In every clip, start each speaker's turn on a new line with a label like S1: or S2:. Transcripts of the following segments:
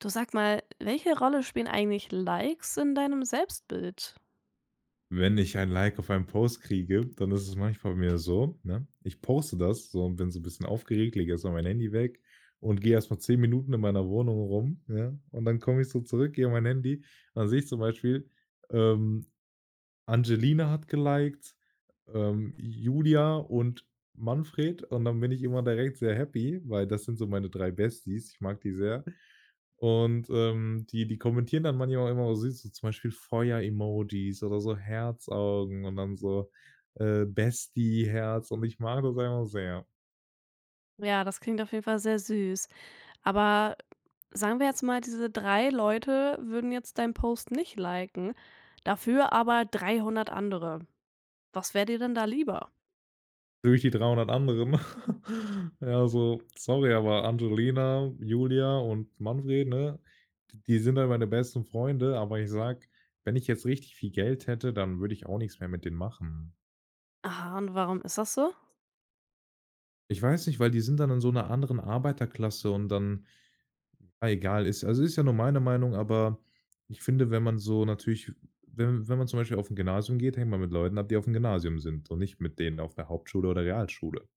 S1: Du sag mal, welche Rolle spielen eigentlich Likes in deinem Selbstbild?
S2: Wenn ich ein Like auf einen Post kriege, dann ist es manchmal bei mir so, ne? Ich poste das so und bin so ein bisschen aufgeregt, lege erst mein Handy weg und gehe erst mal 10 Minuten in meiner Wohnung rum, ja? Und dann komme ich so zurück, gehe an mein Handy, dann sehe ich zum Beispiel, ähm Angelina hat geliked, Julia und Manfred, und dann bin ich immer direkt sehr happy, weil das sind so meine 3 Besties. Ich mag die sehr. Und, die kommentieren dann manchmal immer so süß, so zum Beispiel Feuer-Emojis oder so Herzaugen und dann so, Bestie-Herz, und ich mag das einfach sehr.
S1: Ja, das klingt auf jeden Fall sehr süß. Aber sagen wir jetzt mal, diese drei Leute würden jetzt deinen Post nicht liken, dafür aber 300 andere. Was wäre dir denn da lieber?
S2: Durch die 300 anderen. Ja, so, sorry, aber Angelina, Julia und Manfred, ne, d die sind halt meine besten Freunde, aber ich sag, wenn ich jetzt richtig viel Geld hätte, dann würde ich auch nichts mehr mit denen machen.
S1: Aha, und warum ist das so?
S2: Ich weiß nicht, weil die sind dann in so einer anderen Arbeiterklasse, und dann ja, egal, ist also, ist ja nur meine Meinung, aber ich finde, wenn man so natürlich wenn man zum Beispiel auf ein Gymnasium geht, hängt man mit Leuten ab, die auf dem Gymnasium sind und nicht mit denen auf der Hauptschule oder Realschule.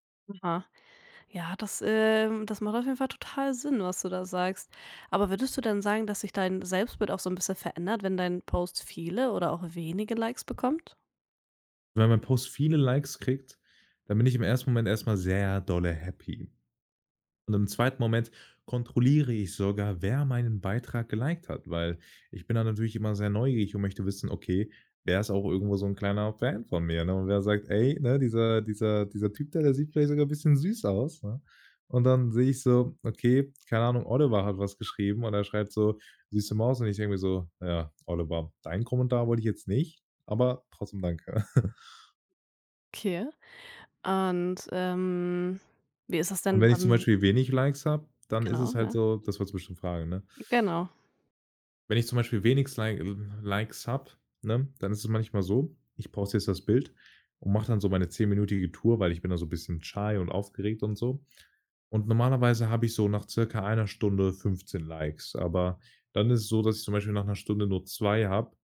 S1: Aha. Ja, das, das macht auf jeden Fall total Sinn, was du da sagst. Aber würdest du denn sagen, dass sich dein Selbstbild auch so ein bisschen verändert, wenn dein Post viele oder auch wenige Likes bekommt?
S2: Wenn mein Post viele Likes kriegt, dann bin ich im ersten Moment erstmal sehr dolle happy. Und im zweiten Moment kontrolliere ich sogar, wer meinen Beitrag geliked hat, weil ich bin da natürlich immer sehr neugierig und möchte wissen, okay, wer ist auch irgendwo so ein kleiner Fan von mir, ne? Und wer sagt: „Ey, ne, dieser Typ da, der sieht vielleicht sogar ein bisschen süß aus“, ne? Und dann sehe ich so, okay, keine Ahnung, Oliver hat was geschrieben und er schreibt so: „Süße Maus“, und ich denke mir so: „Ja, Oliver, deinen Kommentar wollte ich jetzt nicht, aber trotzdem danke.“
S1: Okay. Und, wie ist das
S2: Und
S1: denn
S2: wenn ich zum
S1: dann
S2: Beispiel wenig Likes habe, dann ist
S1: genau,
S2: es halt
S1: ja.
S2: so, das wolltest du bestimmt fragen, ne?
S1: Genau.
S2: Wenn ich zum Beispiel wenig Likes habe, ne, dann ist es manchmal so, ich poste jetzt das Bild und mache dann so meine zehnminütige Tour, weil ich bin da so 'n bisschen shy und aufgeregt und so. Und normalerweise habe ich so nach circa einer Stunde 15 Likes, aber dann ist es so, dass ich zum Beispiel nach 'ner Stunde nur 2 habe,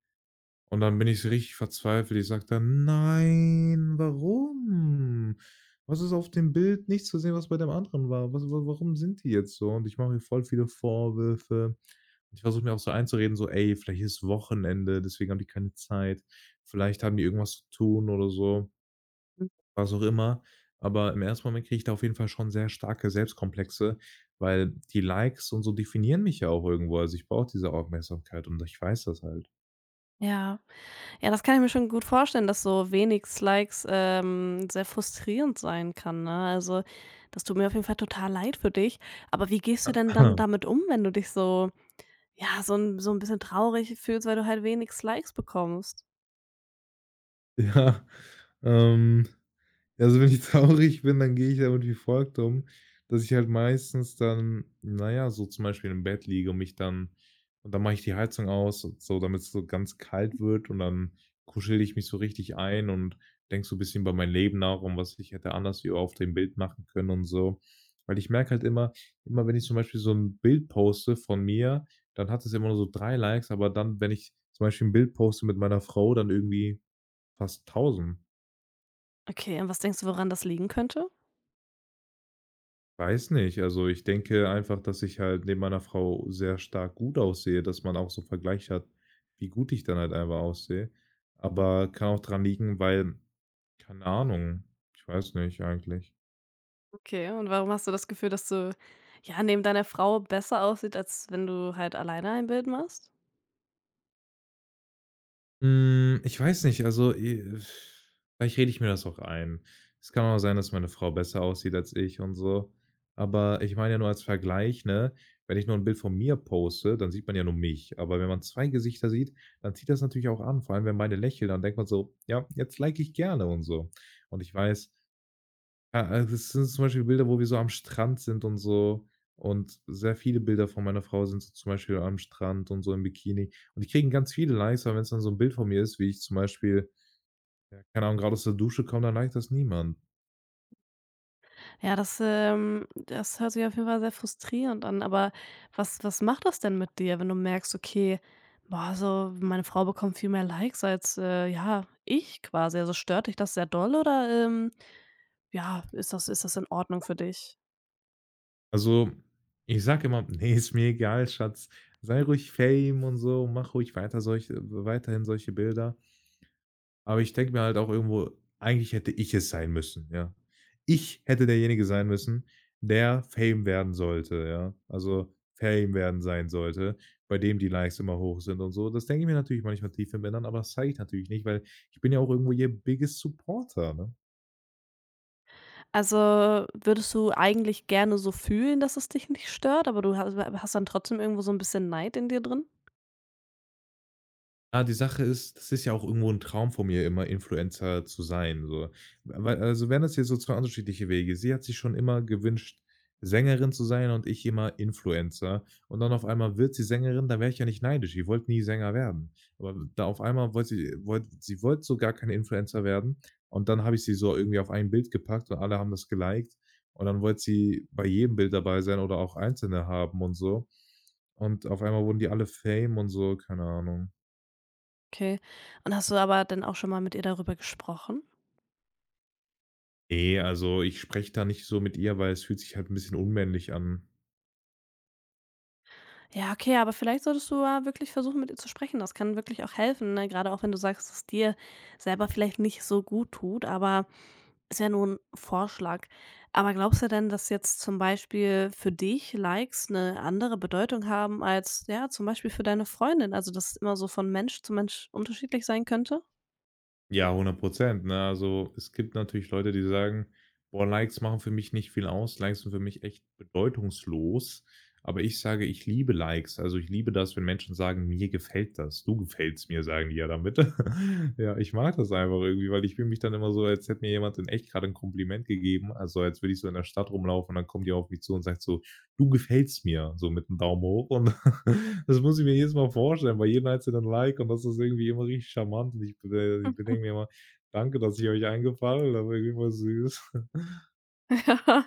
S2: und dann bin ich so richtig verzweifelt. Ich sage dann: „Nein, warum? Was ist auf dem Bild nicht zu sehen, was bei dem anderen war? Was wa warum sind die jetzt so?“ Und ich mache mir voll viele Vorwürfe. Ich versuche mir auch so einzureden, so: „Ey, vielleicht ist Wochenende, deswegen haben die keine Zeit. Vielleicht haben die irgendwas zu tun oder so“, was auch immer. Aber im ersten Moment kriege ich da auf jeden Fall schon sehr starke Selbstkomplexe, weil die Likes und so definieren mich ja auch irgendwo. Also, ich brauche diese Aufmerksamkeit und ich weiß das halt.
S1: Ja. Ja, das kann ich mir schon gut vorstellen, dass so wenig Likes, sehr frustrierend sein kann, ne? Also, das tut mir auf jeden Fall total leid für dich. Aber wie gehst du denn dann damit um, wenn du dich so ja, so 'n bisschen traurig fühlst, weil du halt wenig Likes bekommst?
S2: Ja, ähm, ja, also wenn ich traurig bin, dann gehe ich damit wie folgt um, dass ich halt meistens dann, naja, so zum Beispiel im Bett liege und mich dann und dann mache ich die Heizung aus und so, damit's so ganz kalt wird, und dann kuschel ich mich so richtig ein und denke so ein bisschen über mein Leben nach, und was ich hätte anders wie auf dem Bild machen können und so. Weil ich merke halt immer, immer wenn ich zum Beispiel so ein Bild poste von mir, dann hat es immer nur so 3 Likes, aber dann, wenn ich zum Beispiel ein Bild poste mit meiner Frau, dann irgendwie fast tausend.
S1: Okay, und was denkst du, woran das liegen könnte?
S2: Weiß nicht. Also, ich denke einfach, dass ich halt neben meiner Frau sehr stark gut aussehe, dass man auch so 'n Vergleich hat, wie gut ich dann halt einfach aussehe. Aber kann auch dran liegen, weil keine Ahnung, ich weiß nicht eigentlich.
S1: Okay, und warum hast du das Gefühl, dass du, ja, neben deiner Frau besser aussieht, als wenn du halt alleine ein Bild machst?
S2: Hm, ich weiß nicht, also, vielleicht rede ich mir das auch ein. Es kann auch sein, dass meine Frau besser aussieht als ich und so. Aber ich meine ja nur als Vergleich, ne? Wenn ich nur ein Bild von mir poste, dann sieht man ja nur mich. Aber wenn man 2 Gesichter sieht, dann zieht das natürlich auch an, vor allem wenn beide lächeln, dann denkt man so: „Ja, jetzt like ich gerne“ und so. Und ich weiß, ja, also das sind zum Beispiel Bilder, wo wir so am Strand sind und so. Und sehr viele Bilder von meiner Frau sind so zum Beispiel am Strand und so im Bikini. Und die kriegen ganz viele Likes, aber wenn es dann so ein Bild von mir ist, wie ich zum Beispiel, ja, keine Ahnung, gerade aus der Dusche komme, dann liked das niemand.
S1: Ja, das, das hört sich auf jeden Fall sehr frustrierend an, aber was macht das denn mit dir, wenn du merkst: „Okay, boah, so meine Frau bekommt viel mehr Likes als, ja, ich quasi.“ Also, stört dich das sehr doll oder, ja, ist das in Ordnung für dich?
S2: Also, ich sage immer: nee, ist mir egal, Schatz. Sei ruhig Fame und so, mach ruhig weiter solche weiterhin solche Bilder.“ Aber ich denke mir halt auch irgendwo, eigentlich hätte ich es sein müssen, ja. Ich hätte derjenige sein müssen, der Fame werden sollte, ja. Also, Fame werden sein sollte, bei dem die Likes immer hoch sind und so. Das denke ich mir natürlich manchmal tief im Inneren, aber das zeige ich natürlich nicht, weil ich bin ja auch irgendwo ihr biggest supporter, ne?
S1: Also, würdest du eigentlich gerne so fühlen, dass es dich nicht stört, aber du ha hast dann trotzdem irgendwo so ein bisschen Neid in dir drin?
S2: Ah, die Sache ist, das ist ja auch irgendwo ein Traum von mir immer, Influencer zu sein, so. Weil also, wären das jetzt so 2 unterschiedliche Wege. Sie hat sich schon immer gewünscht, Sängerin zu sein, und ich immer Influencer. Und dann auf einmal wird sie Sängerin, da wäre ich ja nicht neidisch. Sie wollte nie Sänger werden. Aber da auf einmal wollte sie wollte so gar keine Influencer werden, und dann habe ich sie so irgendwie auf ein Bild gepackt und alle haben das geliked, und dann wollte sie bei jedem Bild dabei sein oder auch einzelne haben und so. Und auf einmal wurden die alle Fame und so, keine Ahnung.
S1: Okay. Und hast du aber dann auch schon mal mit ihr darüber gesprochen?
S2: Ne, also ich spreche da nicht so mit ihr, weil es fühlt sich halt 'n bisschen unmännlich an.
S1: Ja, okay, aber vielleicht solltest du ja wirklich versuchen, mit ihr zu sprechen. Das kann wirklich auch helfen, ne? Gerade auch wenn du sagst, dass es dir selber vielleicht nicht so gut tut, aber ist ja nur ein Vorschlag. Aber glaubst du denn, dass jetzt zum Beispiel für dich Likes eine andere Bedeutung haben als, ja, zum Beispiel für deine Freundin? Also, dass es immer so von Mensch zu Mensch unterschiedlich sein könnte?
S2: Ja, 100, ne? Also, es gibt natürlich Leute, die sagen: „Boah, Likes machen für mich nicht viel aus. Likes sind für mich echt bedeutungslos.“ Aber ich sage, ich liebe Likes. Also, ich liebe das, wenn Menschen sagen: „Mir gefällt das. Du gefällst mir“, sagen die ja damit. Ja, ich mag das einfach irgendwie, weil ich fühle mich dann immer so, als hätte mir jemand in echt grade 'n Kompliment gegeben. Also, als würde ich so in der Stadt rumlaufen und dann kommt die auf mich zu und sagt so: du gefällst mir, so mit dem Daumen hoch, und das muss ich mir jedes Mal vorstellen bei jedem einzelnen Like, und das ist irgendwie immer richtig charmant und ich bedenke mir immer: „Danke, dass ich euch eingefallen, Gefallen habe, irgendwie voll süß.“
S1: Ja,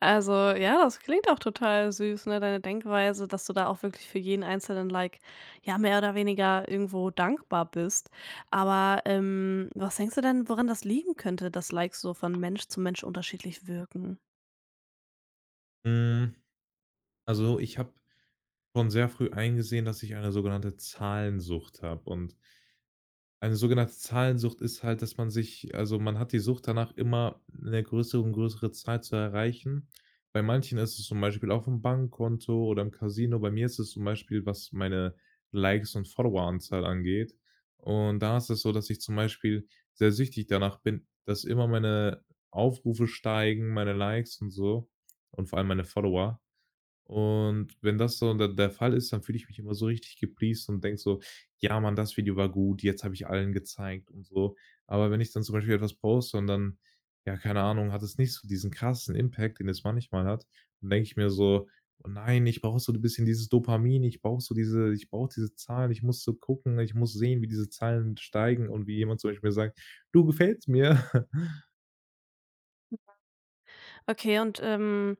S1: also ja, das klingt auch total süß, ne, deine Denkweise, dass du da auch wirklich für jeden einzelnen Like, ja, mehr oder weniger irgendwo dankbar bist. Aber was denkst du denn, woran das liegen könnte, dass Likes so von Mensch zu Mensch unterschiedlich wirken?
S2: Hm, also, ich habe schon sehr früh eingesehen, dass ich eine sogenannte Zahlensucht habe, und eine sogenannte Zahlensucht ist halt, dass man sich also, man hat die Sucht danach, immer 'ne größere und größere Zahl zu erreichen. Bei manchen ist es zum Beispiel auf'm Bankkonto oder im Casino. Bei mir ist es zum Beispiel, was meine Likes und Followeranzahl angeht. Und da ist es so, dass ich zum Beispiel sehr süchtig danach bin, dass immer meine Aufrufe steigen, meine Likes und so, und vor allem meine Follower. Und wenn das so der Fall ist, dann fühle ich mich immer so richtig gepleased und denke so: „Ja, Mann, das Video war gut, jetzt habe ich allen gezeigt“ und so. Aber wenn ich dann zum Beispiel etwas poste und dann, ja, keine Ahnung, hat es nicht so diesen krassen Impact, den es manchmal hat, dann denke ich mir so: „Oh nein, ich brauche so ein bisschen dieses Dopamin, ich brauche so diese ich brauche diese Zahlen, ich muss so gucken, ich muss sehen, wie diese Zahlen steigen und wie jemand zum Beispiel mir sagt: ‚Du gefällst mir.‘“
S1: Okay, und,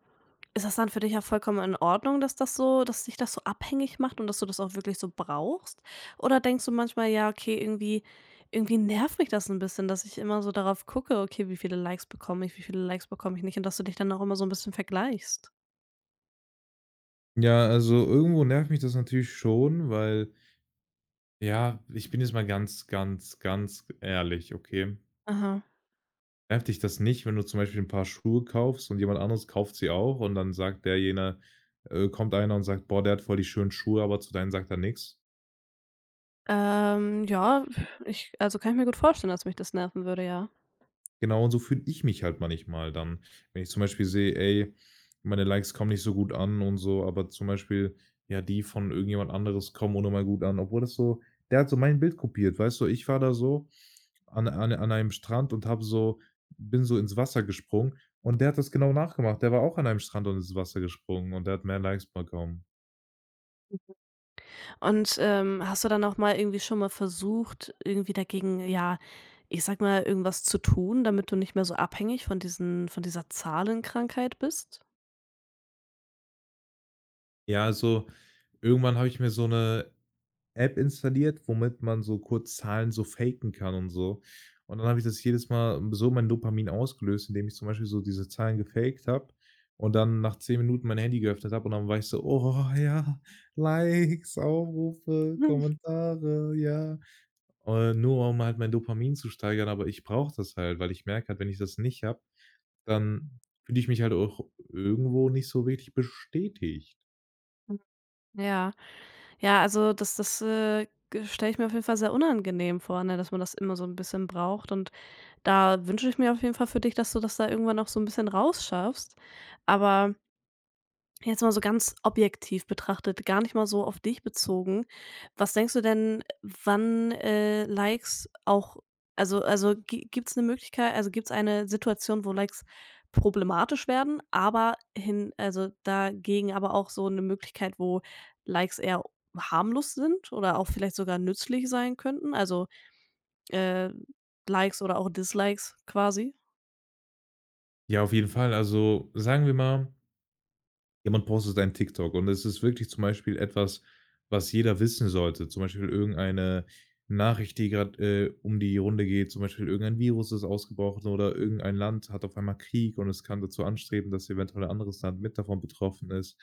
S1: ist das dann für dich ja vollkommen in Ordnung, dass das so dass dich das so abhängig macht und dass du das auch wirklich so brauchst? Oder denkst du manchmal: „Ja, okay, irgendwie nervt mich das ein bisschen, dass ich immer so darauf gucke, okay, wie viele Likes bekomme ich, wie viele Likes bekomme ich nicht?“ Und dass du dich dann auch immer so ein bisschen vergleichst?
S2: Ja, also irgendwo nervt mich das natürlich schon, weil ja, ich bin jetzt mal ganz, ganz, ganz ehrlich, okay?
S1: Aha.
S2: Nervt dich das nicht, wenn du zum Beispiel ein Paar Schuhe kaufst und jemand anderes kauft sie auch und dann sagt der jene kommt einer und sagt: „Boah, der hat voll die schönen Schuhe“, aber zu deinen sagt er nix?
S1: Ja, kann ich mir gut vorstellen, dass mich das nerven würde, ja.
S2: Genau, und so fühle ich mich halt manchmal dann. Wenn ich zum Beispiel sehe, ey, meine Likes kommen nicht so gut an und so, aber zum Beispiel, ja, die von irgendjemand anderes kommen unnormal gut an, obwohl das so, der hat so mein Bild kopiert, weißt du? Ich war da so an an einem Strand und habe so bin so ins Wasser gesprungen, und der hat das genau nachgemacht. Der war auch an einem Strand und ist ins Wasser gesprungen und der hat mehr Likes bekommen.
S1: Und, hast du dann auch mal irgendwie schon mal versucht, irgendwie dagegen, ja, ich sag mal, irgendwas zu tun, damit du nicht mehr so abhängig von dieser Zahlenkrankheit bist?
S2: Ja, also irgendwann habe ich mir so eine App installiert, womit man so kurz Zahlen so faken kann und so. Und dann habe ich das jedes Mal so mein Dopamin ausgelöst, indem ich zum Beispiel so diese Zahlen gefaked habe und dann nach 10 Minuten mein Handy geöffnet habe und dann war ich so: „Oh ja, Likes, Aufrufe,
S1: Mhm.
S2: Kommentare, ja.“ Nur um halt mein Dopamin zu steigern, aber ich brauche das halt, weil ich merke halt, wenn ich das nicht habe, dann fühle ich mich halt auch irgendwo nicht so wirklich bestätigt.
S1: Ja, ja, also das stelle ich mir auf jeden Fall sehr unangenehm vor, ne, dass man das immer so ein bisschen braucht und da wünsche ich mir auf jeden Fall für dich, dass du das da irgendwann auch so ein bisschen rausschaffst. Aber jetzt mal so ganz objektiv betrachtet, gar nicht mal so auf dich bezogen. Was denkst du denn, wann, Likes auch also gibt es eine Möglichkeit, gibt es eine Situation, wo Likes problematisch werden, aber hin also dagegen aber auch so eine Möglichkeit, wo Likes eher harmlos sind oder auch vielleicht sogar nützlich sein könnten? Also, äh, Likes oder auch Dislikes quasi?
S2: Ja, auf jeden Fall. Also, sagen wir mal, jemand postet einen TikTok und es ist wirklich zum Beispiel etwas, was jeder wissen sollte. Zum Beispiel irgendeine Nachricht, die gerade um die Runde geht. Zum Beispiel irgendein Virus ist ausgebrochen oder irgendein Land hat auf einmal Krieg und es kann dazu anstreben, dass eventuell ein anderes Land mit davon betroffen ist.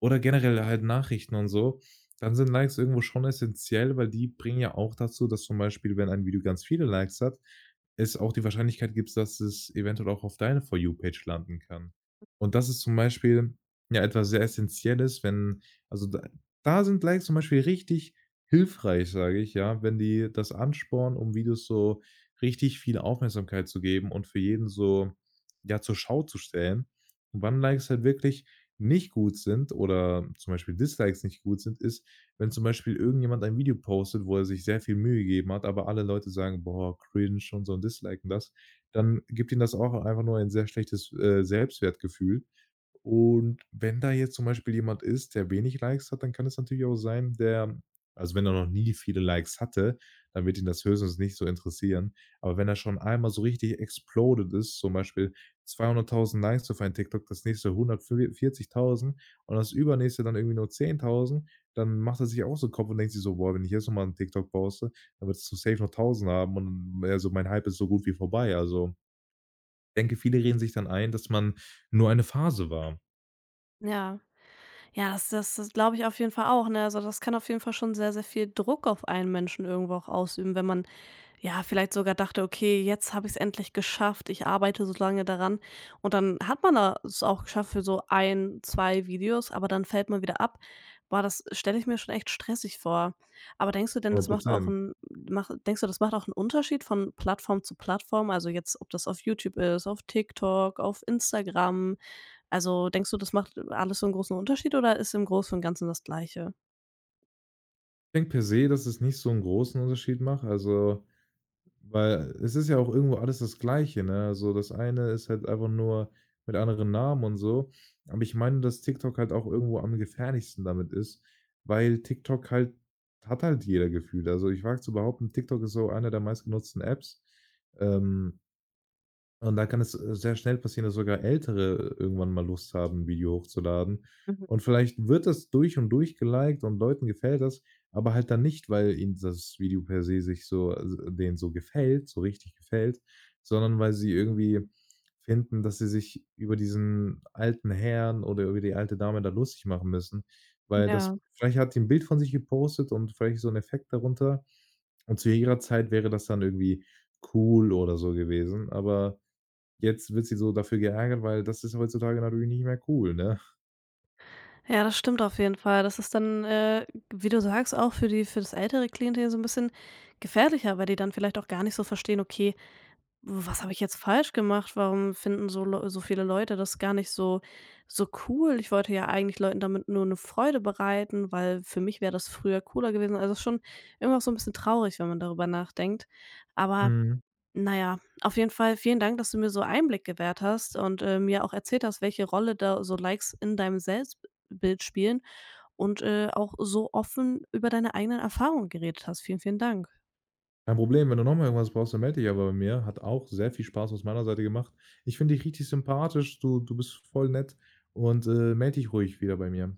S2: Oder generell halt Nachrichten und so. Dann sind Likes irgendwo schon essentiell, weil die bringen ja auch dazu, dass zum Beispiel, wenn ein Video ganz viele Likes hat, es auch die Wahrscheinlichkeit gibt, dass es eventuell auch auf deine For You-Page landen kann. Und das ist zum Beispiel ja etwas sehr essentielles, wenn also da sind Likes zum Beispiel richtig hilfreich, sage ich, ja, wenn die das anspornen, um Videos so richtig viel Aufmerksamkeit zu geben und für jeden so, ja, zur Schau zu stellen. Und wann Likes halt wirklich nicht gut sind oder zum Beispiel Dislikes nicht gut sind, ist, wenn zum Beispiel irgendjemand ein Video postet, wo er sich sehr viel Mühe gegeben hat, aber alle Leute sagen: „Boah, cringe“ und so und disliken das, dann gibt ihnen das auch einfach nur ein sehr schlechtes Selbstwertgefühl. Und wenn da jetzt zum Beispiel jemand ist, der wenig Likes hat, dann kann es natürlich auch sein, der, also wenn er noch nie viele Likes hatte, dann wird ihn das höchstens nicht so interessieren. Aber wenn er schon einmal so richtig exploded ist, zum Beispiel 200.000 Likes auf einen TikTok, das nächste 140.000 und das übernächste dann irgendwie nur 10.000, dann macht er sich auch so 'n Kopf und denkt sich so: „Boah, wenn ich jetzt noch mal 'n TikTok poste, dann wird es so safe noch 1.000 haben und also mein Hype ist so gut wie vorbei.“ Also, denke, viele reden sich dann ein, dass man nur eine Phase war.
S1: Ja. Ja, das glaube ich auf jeden Fall auch, ne? Also, das kann auf jeden Fall schon sehr, sehr viel Druck auf einen Menschen irgendwo auch ausüben, wenn man, ja, vielleicht sogar dachte: „Okay, jetzt habe ich es endlich geschafft. Ich arbeite so lange daran.“ Und dann hat man da es auch geschafft für so ein, 2 Videos, aber dann fällt man wieder ab. Boah, das stelle ich mir schon echt stressig vor. Aber denkst du denn, das
S2: 100.
S1: macht auch ein, mach denkst du, das macht auch einen Unterschied von Plattform zu Plattform? Also, jetzt, ob das auf YouTube ist, auf TikTok, auf Instagram? Also, denkst du, das macht alles so einen großen Unterschied oder ist im Großen und Ganzen das Gleiche?
S2: Ich denke per se, dass es nicht so 'n großen Unterschied macht, also, weil es ist ja auch irgendwo alles das Gleiche, ne? Also, das eine ist halt einfach nur mit anderen Namen und so. Aber ich meine, dass TikTok halt auch irgendwo am gefährlichsten damit ist, weil TikTok halt hat halt jeder gefühlt. Also, ich wage zu behaupten, TikTok ist so eine der meistgenutzten Apps. Ähm Und da kann es, sehr schnell passieren, dass sogar Ältere irgendwann mal Lust haben, 'n Video hochzuladen.
S1: Mhm,
S2: Und vielleicht wird das durch und durch geliked und Leuten gefällt das, aber halt dann nicht, weil ihnen das Video per se sich so s denen so gefällt, so richtig gefällt, sondern weil sie irgendwie finden, dass sie sich über diesen alten Herrn oder über die alte Dame da lustig machen müssen, weil das,
S1: ja.
S2: vielleicht hat die 'n Bild von sich gepostet und vielleicht so ein Effekt darunter. Und zu ihrer Zeit wäre das dann irgendwie cool oder so gewesen, aber jetzt wird sie so dafür geärgert, weil das ist heutzutage natürlich nicht mehr cool, ne?
S1: Ja, das stimmt auf jeden Fall. Das ist dann, wie du sagst, auch für die für das ältere Klientel so ein bisschen gefährlicher, weil die dann vielleicht auch gar nicht so verstehen: „Okay, was habe ich jetzt falsch gemacht? Warum finden so viele Leute das gar nicht so cool? Ich wollte ja eigentlich Leuten damit nur eine Freude bereiten, weil für mich wäre das früher cooler gewesen.“ Also, ist schon immer auch so ein bisschen traurig, wenn man darüber nachdenkt. Aber
S2: Mhm.
S1: na ja, auf jeden Fall vielen Dank, dass du mir so Einblick gewährt hast und, mir auch erzählt hast, welche Rolle da so Likes in deinem Selbstbild spielen und, auch so offen über deine eigenen Erfahrungen geredet hast. Vielen, vielen Dank.
S2: Kein Problem, wenn du noch mal irgendwas brauchst, dann melde dich aber bei mir. Hat auch sehr viel Spaß aus meiner Seite gemacht. Ich finde dich richtig sympathisch. Du bist voll nett und, melde dich ruhig wieder bei mir.